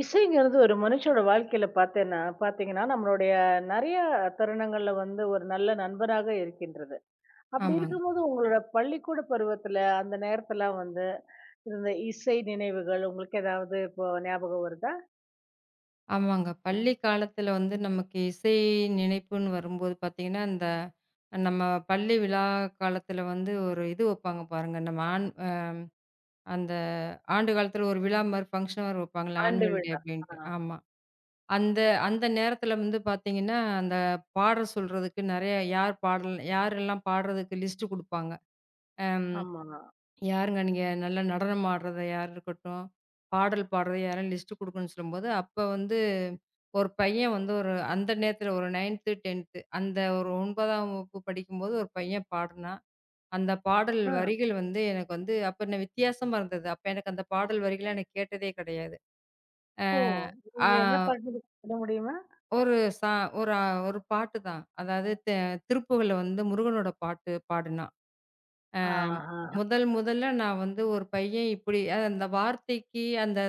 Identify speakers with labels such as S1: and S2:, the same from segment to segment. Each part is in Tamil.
S1: இசைங்கிறது ஒரு மனுஷனோட வாழ்க்கையில பார்த்தேன்னா பார்த்தீங்கன்னா, நம்மளுடைய நெறைய தருணங்கள்ல வந்து ஒரு நல்ல நண்பராக இருக்கின்றது. அப்படி
S2: ஆமாங்க.
S1: இருக்கும்போது உங்களோட பள்ளிக்கூட பருவத்துல அந்த நேரத்துலாம் வந்து இருந்த இசை நினைவுகள் உங்களுக்கு ஏதாவது இப்போ ஞாபகம் வருதா?
S2: ஆமாங்க. பள்ளி காலத்துல வந்து நமக்கு இசை நினைப்புன்னு வரும்போது பார்த்தீங்கன்னா, இந்த நம்ம பள்ளி விழா காலத்துல வந்து ஒரு இது வைப்பாங்க பாருங்க. நம்ம ஆண் அ அந்த ஆண்டு காலத்துல ஒரு விழா மாரி ஃபங்ஷன் மாரி வைப்பாங்கல்ல.
S1: ஆண்டு
S2: ஆனுவல் டே
S1: விழா. ஆ,
S2: அப்படின்ட்டு. ஆமா. அந்த அந்த நேரத்துல வந்து பார்த்தீங்கன்னா, அந்த பாட சொல்றதுக்கு நெறைய யார் பாடல் யாரெல்லாம் பாடுறதுக்கு லிஸ்ட் குடுப்பாங்க.
S1: ஆமா.
S2: யாருங்க நீங்க நல்லா நடனம் ஆடுறத யார் இருக்கட்டும், பாடல் பாடுறது யாரும் லிஸ்ட் குடுக்கணும்னு சொல்லும்போது, அப்ப வந்து ஒரு பையன் வந்து ஒரு அந்த நேரத்துல ஒரு 9த், 10த் அந்த ஒரு 9ஆம் வகுப்பு படிக்கும்போது ஒரு பையன் பாடுனான். அந்த பாடல்
S1: ஆ,
S2: வரிகள் வந்து எனக்கு வந்து அப்ப என்ன வித்தியாசமா இருந்தது. அப்ப எனக்கு அந்த பாடல் வரிகள நான் கேட்டதே கிடையாது. அ,
S1: ஓ!
S2: ஆ
S1: நீங்க என்ன பாட்டுன்னு சொல்ல முடியுமா?
S2: ஒரு சா ஒரு ஒரு பாட்டு தான். அதாவது திருப்புகழ்ல வந்து முருகனோட பாட்டு பாடுனான்.
S1: ஆஹா.
S2: முதல் முதல்ல நான் வந்து ஒரு பையன் இப்படி அந்த வார்த்தைக்கு அந்த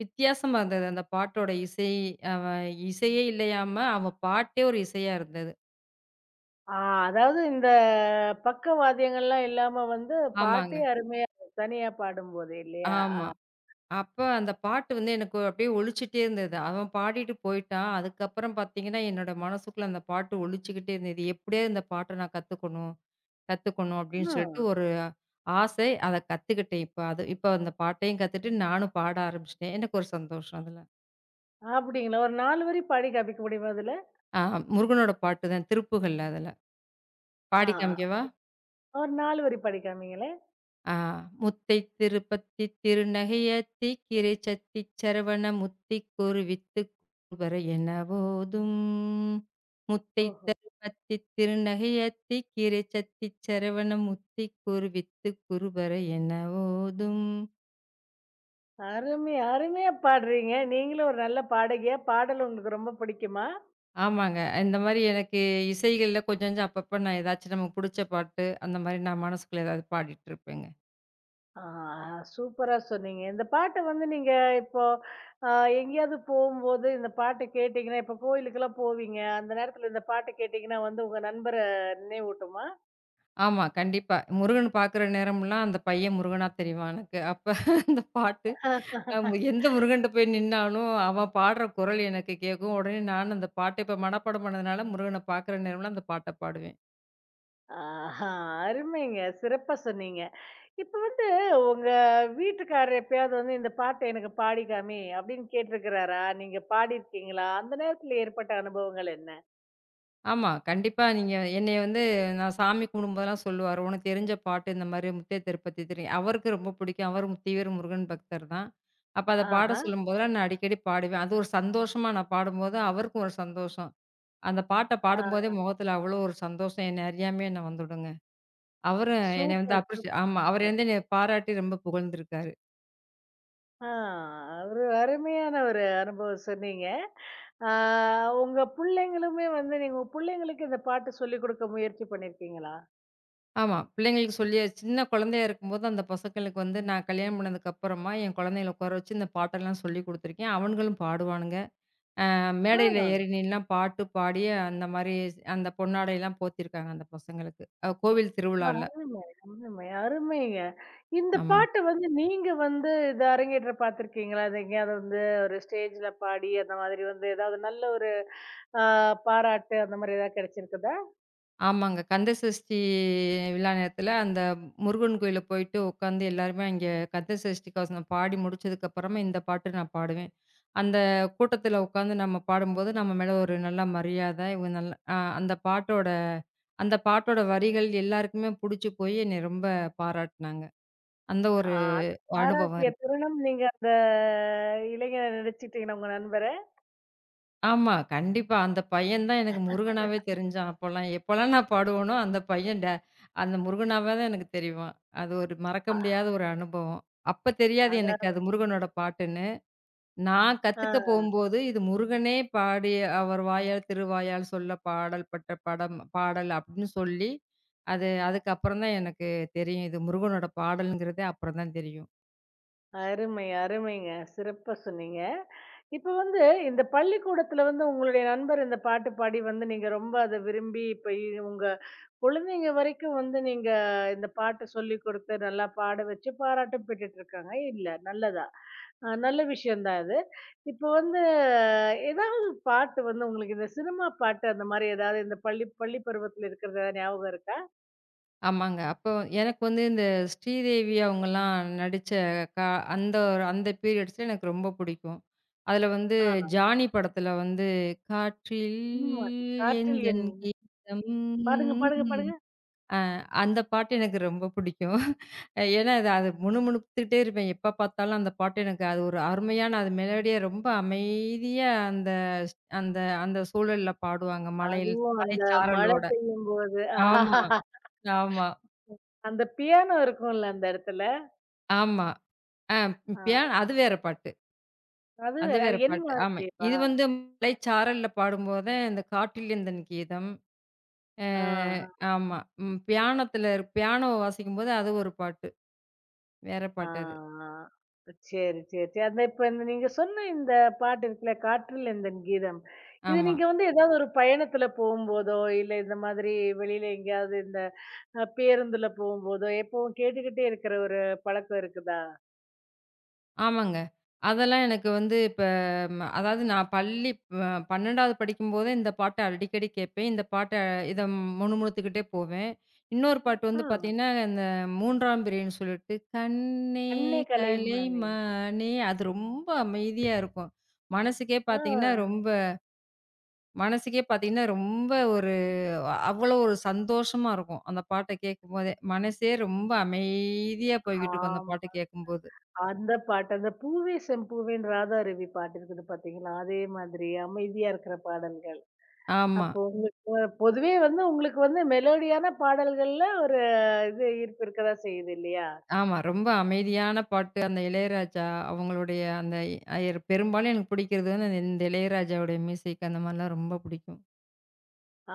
S2: வித்தியாசமா இருந்தது. அந்த பாட்டோட இசை அவன் இசையே இல்லையாம, அவன் பாட்டே ஒரு இசையா இருந்தது.
S1: ஆ, அதாவது இந்த பக்கவாத்தியங்கள்லாம் இல்லாம வந்து
S2: ஆமாங்க.
S1: பாட்டே அருமையா தனியா பாடும்போது இல்லையா? ஆ.
S2: ஆமா. அப்ப அந்த பாட்டு வந்து எனக்கு அப்படியே ஒலிச்சுட்டே இருந்தது. அவன் பாடிட்டு போயிட்டான். அதுக்கப்புறம் பார்த்தீங்கன்னா, என்னோட மனசுக்குள்ள அந்த பாட்டு ஒலிச்சுக்கிட்டே இருந்தது. எப்படியாவது இந்த பாட்ட நான் கத்துக்கணும், கத்துக்கணும் அப்படின்னு
S1: ஆ.
S2: சொல்லிட்டு ஒரு ஆசை. அத கத்துக்கிட்டேன் இப்ப. அது இப்ப அந்த பாட்டையும் கத்துட்டு நானும் பாட ஆரம்பிச்சுட்டேன். எனக்கு ஒரு சந்தோஷம் அதுல.
S1: அப்படிங்களா? ஒரு 4 வரி பாடி காமிக்க முடியுமா அதுல?
S2: ஆ முருகனோட பாட்டு தான். திருப்புகள்ல அதுல.
S1: ஆ.
S2: பாடி காமிக்கவா?
S1: ஒரு 4 வரி பாடி காமிங்களேன்.
S2: ஆ "முத்தை திருப்பத்தி திருநகையத்தி கிரை சத்தி சரவண முத்திக்கொரு வித்துக்குவர எனவோதும். முத்தை
S1: ஓஹோ!
S2: தருப்பத்தி திருநகையத்தி கிரை சத்தி சரவண முத்திக்கொரு வித்துக்குருபர எனவோதும்."
S1: அருமை, அருமையா பாடுறீங்க. நீங்களும் ஒரு நல்ல பாடகியா, பாடல் உங்களுக்கு ரொம்ப பிடிக்குமா?
S2: ஆமாங்க. இந்த மாரி எனக்கு இசைகள்ல கொஞ்சம் கொஞ்சம் அப்பப்ப நான் ஏதாச்சும் நமக்கு புடிச்ச பாட்டு, அந்த மாரி நான் மனசுக்குள்ள ஏதாவது பாடிட்டு இருப்பேங்க.
S1: ஆ, சூப்பரா சொன்னீங்க. இந்த பாட்ட வந்து நீங்க இப்போ அ எங்கேயாவது போம்போது இந்த பாட்ட கேட்டீங்கன்னா, இப்போ கோயிலுக்கெல்லாம் போவீங்க. அந்த நேரத்துல இந்த பாட்ட கேட்டீங்கன்னா வந்து உங்க நண்பர நினைவூட்டுமா?
S2: ஆமா, கண்டிப்பா. முருகன் பாக்குற நேரம்லாம் அந்த பையன் முருகனா தெரிவான் எனக்கு. அப்ப அந்த பாட்டு எந்த முருகன்ட்ட போய் நின்னாலும், அவன் பாடுற குரல் எனக்கு கேட்கும். உடனே நானும் அந்த பாட்ட இப்ப மனப்பாடம் பண்ணதுனால, முருகன பாக்குற நேரம்லாம் அந்த பாட்ட பாடுவேன்.
S1: ஆஹா! அருமைங்க. சிறப்பா சொன்னீங்க. இப்ப வந்து உங்க வீட்டுக்காரர் எப்பயாவது வந்து இந்த பாட்ட எனக்கு பாடி காமி அப்படின்னு கேட்டிருக்கிறாரா? நீங்க பாடியிருக்கீங்களா? அந்த நேரத்துல ஏற்பட்ட அனுபவங்கள் என்ன?
S2: ஆமா, கண்டிப்பா நீங்க என்னைய வந்து நான் சாமி கும்பிடும்போதெல்லாம் சொல்லுவாரு, "உனக்கு தெரிஞ்ச பாட்டு இந்த மாரி முத்தைய திருப்பதி தெரியும்." அவருக்கு ரொம்ப பிடிக்கும். அவரும் தீவிர முருகன் பக்தர் தான். அப்ப அத பாட
S1: ஆஹா.
S2: சொல்லும்போதெல்லாம் நான் அடிக்கடி பாடுவேன். அது ஒரு சந்தோஷமா நான் பாடும்போது, அவருக்கும் ஒரு சந்தோஷம். அந்த பாட்ட பாடும்போதே
S1: ஆ.
S2: முகத்துல அவ்வளோ ஒரு சந்தோஷம் என்ன அறியாமயே என்ன வந்துடுங்க. அவரும் என்னைய வந்து
S1: சூப்பர்,
S2: அப்ரிஷி
S1: சூப்பர்.
S2: ஆமா. அவர் வந்து என்னைய பாராட்டி ரொம்ப புகழ்ந்திருக்காரு.
S1: ஆ, ஒரு அருமையான ஒரு அனுபவம் சொன்னீங்க. ஆ, உங்க புள்ளைங்களுமே வந்து நீங்க உங்க புள்ளைங்களுக்கு இந்த பாட்டு சொல்லிக் குடுக்க முயற்சி பண்ணியிருக்கீங்களா?
S2: ஆமா. பிள்ளைங்களுக்கு சொல்லி சின்ன குழந்தையா இருக்கும்போது அந்த பசங்களுக்கு வந்து நான் கல்யாணம் பண்ணதுக்கு அப்புறமா என் குழந்தைங்கள உட்கார வச்சு இந்த பாட்டெல்லாம் சொல்லிக் குடுத்துருக்கேன். அவனுங்களும் பாடுவானுங்க.
S1: ஆ.
S2: மேடையில ஏறி நின்னுலாம் பாட்டு பாடி அந்த மாரி அந்த பொன்னாடைலாம் போத்திருக்காங்க அந்த பசங்களுக்கு. கோவில் திருவிழால.
S1: அருமை, அருமை, அருமைங்க. இந்த
S2: ஆமா.
S1: பாட்ட வந்து நீங்க வந்து இது அரங்கேற்ற பார்த்துருக்கீங்களா? அது எங்கேயாவது வந்து ஒரு ஸ்டேஜ்ல பாடி அந்த மாதிரி வந்து ஏதாவது நல்ல ஒரு அ பாராட்டு அந்த மாதிரி ஏதாவது கிடைச்சிருக்குதா?
S2: ஆமாங்க. கந்த சஷ்டி விழா நேரத்துல அந்த முருகன் கோயில்ல போயிட்டு உட்காந்து எல்லாருமே அங்கே கந்த சஷ்டி கவசம் பாடி முடிச்சதுக்கப்புறமா இந்த பாட்டு நான் பாடுவேன். அந்த கூட்டத்துல உட்காந்து நம்ம பாடும்போது, நம்ம மேல ஒரு நல்ல மரியாத, இவங்க நல்ல அந்த பாட்டோட அந்த பாட்டோட வரிகள் எல்லாருக்குமே புடிச்சு போய் என்னைய ரொம்ப பாராட்டுனாங்க. அந்த
S1: ஆ,
S2: ஒரு
S1: அந்த
S2: அனுபவம்
S1: பாராட்டிய
S2: இருக்கு.
S1: தருணம் நீங்க அந்த இளைஞர நினைச்சுட்டீங்களா உங்க நண்பர?
S2: ஆமா. கண்டிப்பா. அந்த பையன் தான் எனக்கு முருகனாவே தெரிஞ்சான் அப்போலாம். எப்போலாம் நான் பாடுவேனோ, அந்த பையன் ட அந்த முருகனாவா தான் எனக்கு தெரிவான். அது ஒரு மறக்க
S1: அ
S2: முடியாத ஒரு அனுபவம். அப்ப தெரியாது எனக்கு
S1: அதான்.
S2: அது முருகனோட பாட்டுன்னு. நான்
S1: ஆ.
S2: கத்துக்க போம்போது, இது முருகனே பாடி அவர் வாயால் திருவாயால் சொல்ல பாடல் பட்ட படம் பாடல் அப்படின்னு சொல்லி, அதுக்கப்புறம் தான் எனக்கு தெரியும். இது முருகனோட பாடல்ங்கிறதே அப்புறம் தான் தெரியும்.
S1: அருமை, அருமைங்க. சிறப்பா சொன்னீங்க. இப்ப வந்து இந்த பள்ளிக்கூடத்துல வந்து உங்களுடைய நண்பர் இந்த பாட்டு பாடி வந்து நீங்க ரொம்ப அத விரும்பி, இப்ப உங்க குழந்தைங்க வரைக்கும் வந்து நீங்க இந்த பாட்ட சொல்லிக் குடுத்து, நல்லா பாட வச்சு பாராட்டும் பெற்றுட்டு இருக்காங்க. இல்ல நல்லதா. நல்ல விஷயம் தான் அது. இப்ப வந்து ஏதாவது பாட்டு வந்து உங்களுக்கு இந்த சினிமா பாட்டு அந்த மாரி ஏதாவது இந்த பள்ளி பள்ளி பருவத்துல இருக்கிறது ஏதாவது ஞாபகம் இருக்கா?
S2: ஆமாங்க. அப்போ எனக்கு வந்து இந்த ஸ்ரீதேவி அவங்கலாம் நடிச்ச கா அந்த ஒரு அந்த பீரியட்ஸ்ல எனக்கு ரொம்ப பிடிக்கும். அதுல வந்து
S1: ஆ.
S2: ஜானி படத்துல வந்து காற்றில்
S1: "என் மனதில் காற்றில்
S2: எந்தன்
S1: என்"
S2: கீதம்
S1: பாடுங்க, பாடுங்க, பாடுங்க.
S2: அந்த பாட்டு எனக்கு ரொம்ப பிடிக்கும். ஏன்னா அது அது முணுமுணுத்துக்கிட்டே இருப்பேன். எப்ப பார்த்தாலும் அந்த பாட்டு எனக்கு அது ஒரு அருமையான அது மெலோடியா ரொம்ப அமைதியா அந்த அந்த அந்த சூழல்ல பாடுவாங்க. மலையில்
S1: அதுவும் அந்த மழை
S2: மலைச்சாரலோட.
S1: பெய்யும்போது
S2: ஆமா, ஆமா,
S1: அந்த பியானோ இருக்கும்ல அந்த இடத்துல.
S2: ஆமா. ஆ பியா
S1: ஆ,
S2: அது வேற பாட்டு.
S1: அது
S2: அது வேற
S1: அது என்
S2: பாட்டு. ஆமா.
S1: வாத்தியவா?
S2: இது வந்து மலைச்சாரல்ல பாடும்போது, இந்த காட்டிலேந்தன் கீதம். அ
S1: ஆ,
S2: ஆமா. ம் பியானத்துல பியானோ வாசிக்கும்போது அது ஒரு பாட்டு. வேற
S1: ஆ,
S2: பாட்டு அது.
S1: ஆ. சரி, சரி, சரி. அந்த இப்ப இந்த நீங்க சொன்ன இந்த பாட்டு இருக்குல்ல, "காற்றில் எந்தன் கீதம்." இது
S2: ஆமா.
S1: நீங்க வந்து ஏதாவது ஒரு பயணத்துல போம்போதோ, இல்ல இந்த மாதிரி வெளியில எங்கேயாவது இந்த பேருந்துல போம்போதோ, எப்பவும் கேட்டுக்கிட்டே இருக்கிற ஒரு பழக்கம் இருக்குதா?
S2: ஆமாங்க. அதெல்லாம் எனக்கு வந்து இப்ப அதாவது நான் பள்ளி அ 12வது படிக்கும்போதே இந்த பாட்ட அடிக்கடி கேட்பேன். இந்த பாட்ட இத முணுமுணுத்துக்கிட்டே போவேன். இன்னொரு பாட்டு வந்து
S1: ஆ.
S2: பார்த்தீங்கன்னா, இந்த 3ஆம் பிறைன்னு சொல்லிட்டு, கண்ணே
S1: "கண்ணே கலையுமானே."
S2: கலைமானே அது ரொம்ப அமைதியா இருக்கும். மனசுக்கே
S1: ஆ.
S2: பார்த்தீங்கன்னா, ரொம்ப மனசுக்கே பார்த்தீங்கன்னா, ரொம்ப ஒரு அவ்வளோ ஒரு சந்தோஷமா இருக்கும். அந்த பாட்ட கேட்கும்போதே. மனசே ரொம்ப அமைதியா போய்கிட்டு இருக்கும் அந்த பாட்டு
S1: ஆமா.
S2: கேட்கும்போது.
S1: அந்த பாட்டு, அந்த பூவே செம்பூவேன்னு ராதாரவி பாட்டு இருக்குது பார்த்தீங்களா? அதே மாதிரி அமைதியா இருக்கிற பாடல்கள்.
S2: ஆமா.
S1: அப்போ உங்களுக்கு வ- பொதுவே வந்து உங்களுக்கு வந்து மெலோடியான பாடல்கள்ல ஒரு இது ஈர்ப்பு இருக்கதா செய்யுது இல்லையா?
S2: ஆமா. ரொம்ப அமைதியான பாட்டு. அந்த இளையராஜா அவங்களுடைய அந்த அயர் பெரும்பாலும் எனக்கு பிடிக்கிறது வந்து இந்த இளையராஜாவுடைய மியூசிக் அந்த மாரிலாம் ரொம்ப பிடிக்கும்.
S1: ஆ,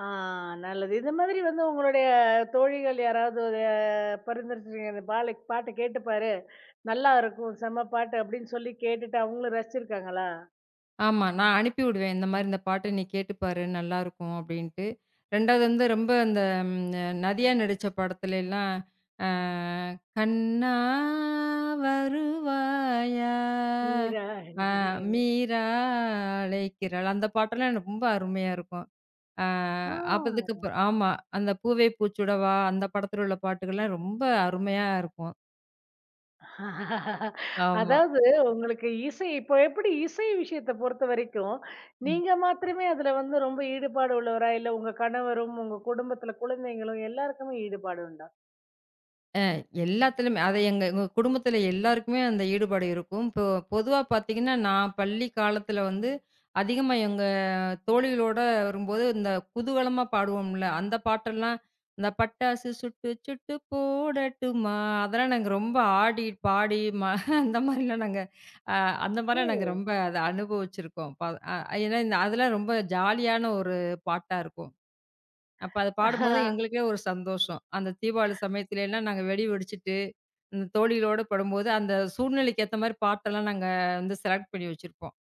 S1: நல்லது. இந்த மாதிரி வந்து உங்களுடைய தோழிகள் யாராவது ஒரு பரிந்துரைச்சிருக்கீங்க, "இந்த பாலை பாட்ட கேட்டு பாரு, நல்லா இருக்கும், செம்ம பாட்டு" அப்படின்னு சொல்லி கேட்டுட்டு அவங்களும் ரசிச்சிருக்காங்களா?
S2: ஆமா. நான் அனுப்பி விடுவேன். இந்த மாரி இந்த பாட்ட நீ கேட்டு பாரு நல்லாருக்கும் அப்டின்ட்டு. 2வது வந்து ரொம்ப அந்த ம் நதியா நடிச்ச படத்துலலாம் அ கண்ணா வருவாயா? அ
S1: நீராடினேன்.
S2: மீரா அழைக்கிறாள். அந்த பாட்டெல்லாம் எனக்கு ரொம்ப அருமையா இருக்கும். ஆ
S1: ஆ.
S2: அப்பதுக்கப்புறம் ஆமா. அந்த பூவே பூச்சுடவா அந்த படத்துல உள்ள பாட்டுகள்லாம் ரொம்ப அருமையா இருக்கும். ஆமா.
S1: அதாவது உங்களுக்கு இசை இப்போ எப்படி இசை விஷயத்த பொறுத்த வரைக்கும், நீங்க மாத்திரமே அதுல வந்து ரொம்ப ஈடுபாடு உள்ளவரா? இல்ல உங்க கணவரும், உங்க குடும்பத்துல குழந்தைங்களும் எல்லாருக்குமே ஈடுபாடு உண்டா?
S2: எல்லாத்துலயுமே. அது எங்க எங்க குடும்பத்தில எல்லாருக்குமே அந்த ஈடுபாடு இருக்கும். இப்போ பொதுவா பார்த்தீங்கன்னா, நான் பள்ளி காலத்தில வந்து அதிகமா எங்க தோழிகளோட வரும்போது, இந்த குதூகலமா பாடுவோம்ல, அந்த பாட்டெல்லாம் இந்த பட்டாசு சுட்டு சுட்டு போடட்டுமா, அதெல்லாம் நாங்க ரொம்ப ஆடி, பாடி அந்த மாரிலாம் நாங்க அ அந்த மாரிலாம் நாங்க
S1: ஓ!
S2: ரொம்ப அத அனுபவிச்சிருக்கோம். ப அ ஏன்னா, இந்த அதெல்லாம் ரொம்ப ஜாலியான ஒரு பாட்டா இருக்கும். அப்ப அத பாடும்போது
S1: ஆஹ்,
S2: எங்களுக்கே ஒரு சந்தோஷம். அந்த தீபாவளி சமயத்துலலாம் நாங்க வெடி வெடிச்சுட்டு, இந்த தோழிகளோட படும்போது, அந்த சூழ்நிலைக்கு ஏத்த மாரி பாட்டெல்லாம் நாங்க வந்து செலக்ட் பண்ணி வச்சிருப்போம்.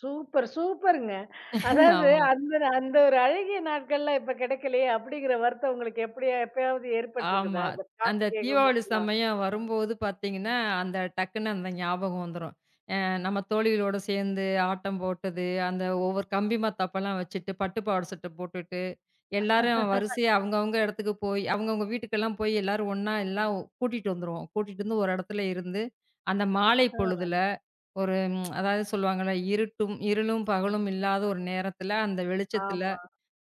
S1: சூப்பர், சூப்பருங்க. அதாவது
S2: ஆமா,
S1: அந்த அந்த ஒரு அழகிய நாட்கள்லாம் இப்ப கிடைக்கலையே! அப்படிங்கிற வருத்தம் உங்களுக்கு எப்படியா எப்பயாவது ஏற்பட்டுருக்குதா?
S2: ஆமா.
S1: அந்த பாட்டு
S2: அந்த தீபாவளி
S1: கேட்கும்போதெல்லாம்.
S2: சமயம் வரும்போது பார்த்தீங்கன்னா, அந்த டக்குன்னு அந்த ஞாபகம் வந்துரும். அ நம்ம தோழிகளோட சேர்ந்து ஆட்டம் போட்டது, அந்த ஒவ்வொரு கம்பி மத்தாப்பெல்லாம் வச்சுட்டு, பட்டு பாவாட சட்டை போட்டுட்டு எல்லாரும் வரிசையா அவங்கவங்க இடத்துக்கு போய் அவங்கவங்க வீட்டுக்கெல்லாம் போய் எல்லாரும் ஒண்ணா எல்லாம் கூட்டிட்டு வந்துருவோம். கூட்டிட்டு வந்து ஒரு இடத்துல இருந்து, அந்த மாலை பொழுதுல அதாவது சொல்லுவாங்கல்ல, இருட்டும் இருளும் பகலும் இல்லாத ஒரு நேரத்துல, அந்த வெளிச்சத்துல
S1: ஆமா.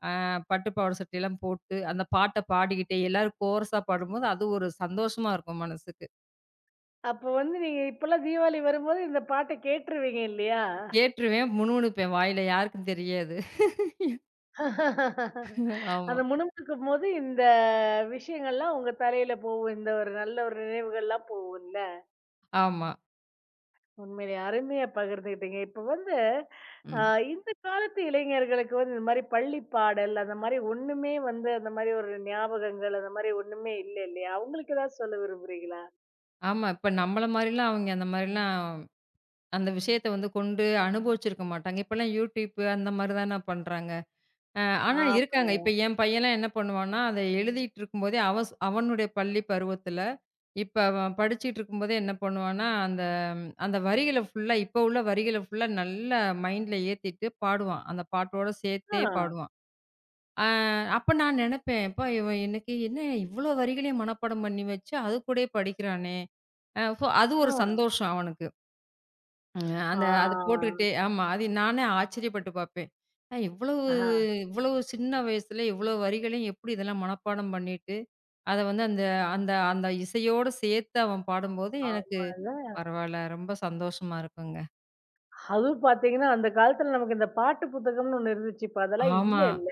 S2: அ பட்டு பாவாடை சட்டையெல்லாம் போட்டு, அந்த பாட்ட பாடிக்கிட்டே எல்லாரும் கோரஸா பாடும்போது, அது ஒரு சந்தோஷமா இருக்கும் மனசுக்கு.
S1: அப்போ வந்து நீங்க இப்பல்லாம் தீபாவளி வரும்போது இந்த பாட்ட கேட்டுருவீங்க இல்லையா?
S2: கேட்டுருவேன், முணுமுணுப்பேன் வாயில யாருக்கும் தெரியாது. ஆமா,
S1: அந்த முணுமுணுக்கும்போது இந்த விஷயங்கள்லாம் உங்க தலையில போகும். இந்த ஒரு நல்ல ஒரு நினைவுகள்லாம் போகும்ல.
S2: ஆமா.
S1: உண்மையிலே அருமையா பகிர்ந்துக்கிட்டீங்க. இப்ப வந்து அ
S2: ம்.
S1: இந்த காலத்து இளைஞர்களுக்கு வந்து இந்த மாரி பள்ளி பாடல், அந்த மாரி ஒண்ணுமே வந்து அந்த மாரி ஒரு ஞாபகங்கள், அந்த மாரி ஒண்ணுமே இல்ல இல்லையா? அவங்களுக்கு ஏதாவது சொல்ல விரும்புறீங்களா?
S2: ஆமா. இப்ப நம்மள மாரிலாம் அவங்க அந்த மாரிலாம் அந்த விஷயத்த வந்து கொண்டு அனுபவிச்சிருக்க மாட்டாங்க. இப்பலாம் யூடியூப் அந்த மாரி தான பண்றாங்க. அ ஆனா இருக்காங்க. இப்ப
S1: ஆமாங்க.
S2: என் பையன்லாம் என்ன பண்ணுவான்னா, அத எழுதிட்டு இருக்கும்போதே அவ ஸ் அவனுடைய பள்ளி பருவத்துல, இப்ப அவன் படிச்சுட்டு இருக்கும்போதே என்ன பண்ணுவான்னா, அந்த அந்த வரிகள ஃபுல்லா இப்ப உள்ள வரிகள ஃபுல்லா நல்லா மைண்ட்ல ஏத்திட்டு பாடுவான். அந்த பாட்டோட
S1: ஆ.
S2: சேர்த்தே பாடுவான். அ அப்ப நான் நெனப்பேன், "எப்பா இவன் இன்னைக்கு என்ன இவ்ளோ வரிகளையும் மனப்பாடம் பண்ணி வச்சு, அது கூடயே படிக்கிறானே!" சோ அது ஒரு
S1: ஆ.
S2: சந்தோஷம் அவனுக்கு. ம். அந்த அது
S1: ஆ.
S2: போட்டுக்கிட்டே ஆமா. அது நானே ஆச்சரியப்பட்டு பார்ப்பேன். அ இவ்வளவு
S1: ஆ.
S2: இவ்வளவு சின்ன வயசுல இவ்வளவு வரிகளையும் எப்படி இதெல்லாம் மனப்பாடம் பண்ணிட்டு, அத வந்து அந்த அந்த அந்த இசையோட சேர்த்து அவன் பாடும்போது எனக்கு
S1: ஆமாங்க.
S2: பரவால்ல. ரொம்ப சந்தோஷமா இருக்குங்க.
S1: அதுவும் பார்த்தீங்கன்னா, அந்த காலத்துல நமக்கு இந்த பாட்டு புத்தகம்னு ஒண்ணு இருந்துச்சு. இப்ப அதெல்லாம்
S2: ஆமா.
S1: இல்லல்ல.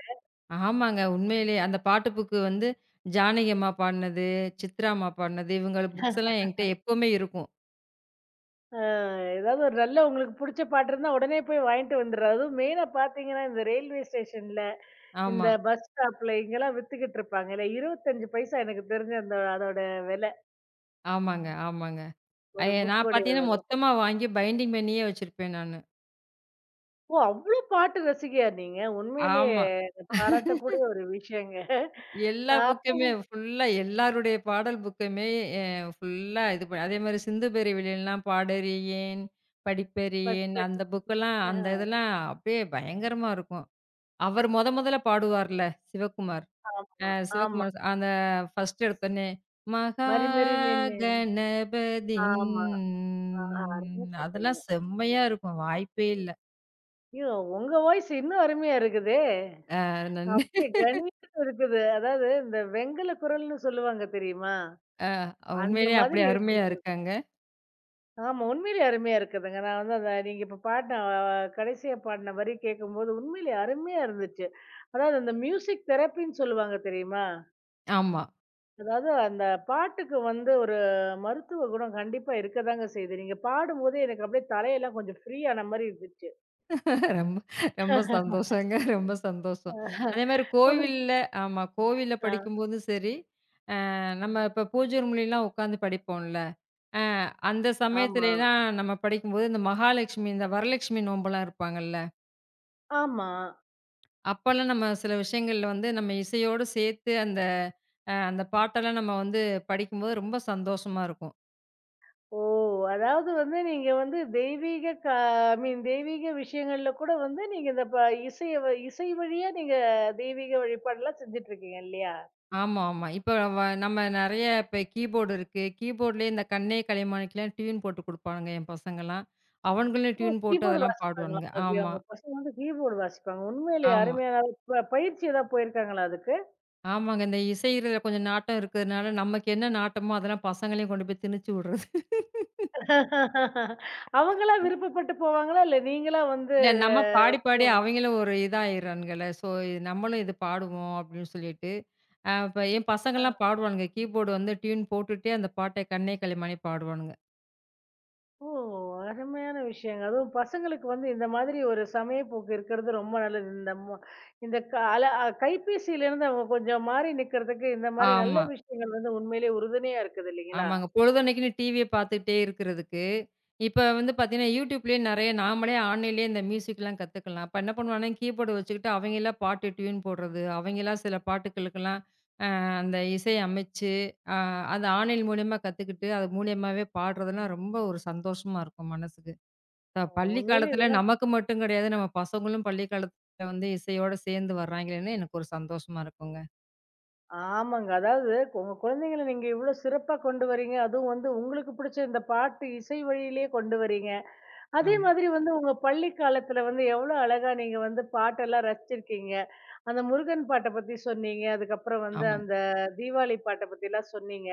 S2: ஆமாங்க. உண்மையிலேயே அந்த பாட்டு புக்கு வந்து ஜானகி அம்மா பாடுனது, சித்ரா அம்மா பாடுனது, இவங்க புக்ஸ் எல்லாம் என்கிட்ட எப்பவுமே இருக்கும்.
S1: ஆ, ஏதாவது ஒரு நல்ல உங்களுக்கு புடிச்ச பாட்டு இருந்தா உடனே போய் வாங்கிட்டு வந்துடுறது. அதுவும் மெயினா பார்த்தீங்கன்னா, இந்த ரயில்வே ஸ்டேஷன்ல, இந்த
S2: ஆமா.
S1: பஸ் ஸ்டாப்ல இங்கலாம் வித்துக்கிட்டு இருப்பாங்கல்ல, 25 பைசா எனக்கு தெரிஞ்சு அந்த அதோட விலை.
S2: ஆமாங்க, ஆமாங்க.
S1: ஒரு
S2: அய நான்
S1: புக்கோடைய
S2: பார்த்தீங்கன்னா மொத்தமா வாங்கி பைண்டிங் பண்ணியே வச்சிருப்பேன் நானு.
S1: ஓ! அவ்ளோ பாட்டு ரசிகையா நீங்க? உண்மையிலேயே
S2: ஆமா.
S1: பாராட்டக்கூடிய ஒரு விஷயங்க.
S2: எல்லா
S1: அப்போ
S2: புக்குமே ஃபுல்லா எல்லாருடைய பாடல் புக்குமே அ ஃபுல்லா இது ப அதேமாரி சிந்து பெரியவிழிலாம் பாடறியேன், படிப்பறியேன் அந்த புக்கெல்லாம் அந்த
S1: ஆ,
S2: இதெல்லாம் அப்படியே பயங்கரமா இருக்கும். அவர் மொத மொதல்ல பாடுவார்ல சிவகுமார். அ
S1: ஆமா, ஆமா.
S2: சிவகுமார் ச- அந்த ஃபர்ஸ்ட் எடுத்தோனே
S1: மறி மறி நின்னு.
S2: மகாகணபதின்
S1: ஆமா. ஆ, அருமையா பாடுறீங்க.
S2: அதெல்லாம் செம்மையா இருக்கும். வாய்ப்பே இல்ல.
S1: ஐயோ! உங்க வாய்ஸ் இன்னும் அருமையா இருக்குதே! அப்படியே கணீர்னு இருக்குது. அதாவது இந்த வெங்கல குரல்ன்னு சொல்லுவாங்க தெரியுமா? அந்த
S2: உண்மையிலேயே அப்படி
S1: மாதிரி
S2: அருமையா
S1: இருக்குது.
S2: இருக்காங்க.
S1: ஆமா, உண்மையிலே அருமையா இருக்குதுங்க. நான் வந்து அத நீங்க இப்ப பாடின கடைசியா பாடின வரி கேட்கும்போது உண்மையிலே அருமையா இருந்துச்சு. அதாவது அந்த மியூசிக் தெரப்பின்னு சொல்லுவாங்க தெரியுமா?
S2: ஆமா.
S1: அதாவது அந்த பாட்டுக்கு வந்து ஒரு மருத்துவ குணம் கண்டிப்பா இருக்கதாங்க செய்யுது. நீங்க பாடும்போதே எனக்கு அப்படியே தலையெல்லாம் கொஞ்சம் ஃப்ரீ ஆன மாரி இருந்துச்சு.
S2: ரொம்ப ரொம்ப சந்தோஷங்க. ரொம்ப சந்தோஷம். அதேமாரி
S1: உங்களுக்கு
S2: கோவில்ல ஆமா. கோவில்ல
S1: ஆ,
S2: படிக்கும்போது சரி, நம்ம இப்ப பூஜை ரூம்லலாம் உட்காந்து படிப்போம்ல. அ அந்த
S1: ஆமா,
S2: சமயத்துலலாம் நம்ம படிக்கும்போது, இந்த மகாலட்சுமி, இந்த வரலட்சுமி நோம்பலாம் இருப்பாங்கல்ல.
S1: ஆமா.
S2: அப்பலாம் நம்ம சில விஷயங்கள்ல வந்து நம்ம இசையோடு சேர்த்து அந்த பாட்டெல்லாம் நம்ம வந்து படிக்கும்போது ரொம்ப சந்தோஷமா இருக்கும்.
S1: ஓ! அதாவது வந்து நீங்க வந்து தெய்வீக க ஐ மீன் தெய்வீக விஷயங்கள்ல கூட வந்து நீங்க இந்த ப இசைய வ இசை வழியா நீங்க தெய்வீக வழிபாடெல்லாம் செஞ்சுட்டு இருக்கீங்க இல்லையா?
S2: ஆமா, ஆமா. இப்ப நம்ம நெறைய இப்ப கீபோர்டு இருக்கு. கீபோர்ட்லயே இந்த கண்ணே கலைமாணிக்கெல்லாம் டியூன் போட்டு குடுப்பானுங்க என் பசங்கலாம். அவனுங்களும்
S1: ஓ!
S2: டியூன் போட்டு
S1: கீபோர்டு
S2: அதெல்லாம்
S1: வாசிப்பாங்களா?
S2: பாடுவானுங்க.
S1: ஓகே.
S2: ஆமா,
S1: உங்க பசங்க வந்து கீபோர்டு வாசிப்பாங்க. உண்மையிலேயே
S2: ஆமா.
S1: அருமையான பயிற்சி ஏதாவது போயிருக்காங்களா அதுக்கு?
S2: ஆமாங்க. இந்த இசைல கொஞ்சம் நாட்டம் இருக்கிறதுனால, நமக்கு என்ன நாட்டமோ அதெல்லாம் பசங்களையும் கொண்டு போய் திணிச்சு விடுறது.
S1: அவங்களா விருப்பப்பட்டு போவாங்களா? இல்ல நீங்களா வந்து
S2: இல்ல நம்ம பாடி, பாடி
S1: போகணும்?
S2: அவங்களும் ஒரு இதாயிர்றானுங்கல்ல. ஸோ நம்மளும் இது பாடுவோம் அப்படின்னு சொல்லிட்டு, இப்ப என் பசங்கலாம் பாடுவானுங்க. கீபோர்டு வந்து டியூன் போட்டுட்டே அந்த பாட்ட கண்ணே கலைமாணி பாடுவானுங்க.
S1: ஓ! அருமையான விஷயங்க. அதுவும் பசங்களுக்கு வந்து இந்த மாதிரி ஒரு சமயப்போக்கு இருக்கிறது ரொம்ப நல்லது. இந்த இந்த கால கைபேசியிலேருந்து அவங்க கொஞ்சம் மாறி நிக்கிறதுக்கு இந்த மாரி நல்ல
S2: ஆமா.
S1: விஷயங்கள் வந்து உண்மையிலேயே உறுதுணையா இருக்குது இல்லைங்களா?
S2: ஆமாங்க. பொழுதன்னைக்குன்னு டிவிய பார்த்துட்டே இருக்கிறதுக்கு, இப்ப வந்து பார்த்தீங்கன்னா, YouTubeலயே நெறைய நாமளே ஆன்லைன்லயே இந்த மியூசிக்லாம் கத்துக்கலாம். அப்ப என்ன பண்ணுவாங்கன்னா, கீபோர்டு வச்சுக்கிட்டு அவங்களா பாட்டு டியூன் போடுறது, அவங்களா சில பாட்டுகளுக்கெல்லாம் அந்த இசை அமைச்சு, அ அது ஆன்லைன் மூலியமா கத்துக்கிட்டு, அது மூலியமாவே பாடுறதெல்லாம் ரொம்ப ஒரு சந்தோஷமா இருக்கும் மனசுக்கு. பள்ளி
S1: உண்மையிலேயே
S2: காலத்துல
S1: இதெல்லாம்
S2: நமக்கு மட்டும் கிடையாது, நம்ம பசங்களும் பள்ளி காலத்துல வந்து இசையோட சேர்ந்து வர்றாங்களேன்னு எனக்கு ஒரு சந்தோஷமா இருக்குங்க.
S1: ஆமாங்க. அதாவது உங்க குழந்தைங்கள நீங்க இவ்ளோ சிறப்பா கொண்டு வரீங்க. அதுவும் வந்து உங்களுக்கு பிடிச்ச இந்த பாட்டு, இசை வழியிலேயே கொண்டு வரீங்க. அதே
S2: ஆமா,
S1: மாதிரி வந்து உங்க பள்ளி காலத்துல வந்து எவ்வளோ அழகா நீங்க வந்து பாட்டெல்லாம் ரசிச்சிருக்கீங்க. அந்த முருகன் பாட்ட பத்தி சொன்னீங்க. அதுக்கப்புறம் வந்து
S2: ஆமாங்க,
S1: அந்த தீபாவளி பாட்ட பத்திலாம் சொன்னீங்க.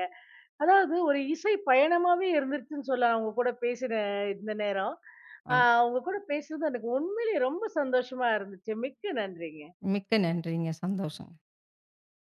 S1: அதாவது ஒரு இசை பயணமாவே இருந்துருச்சுன்னு சொல்லலாம் உங்க கூட பேசின இந்த நேரம். ஆ,
S2: ஆமா.
S1: உங்க கூட பேசுனது எனக்கு உண்மையிலேயே ரொம்ப சந்தோஷமா இருந்துச்சு. மிக்க நன்றிங்க.
S2: மிக்க நன்றிங்க. சந்தோஷம்.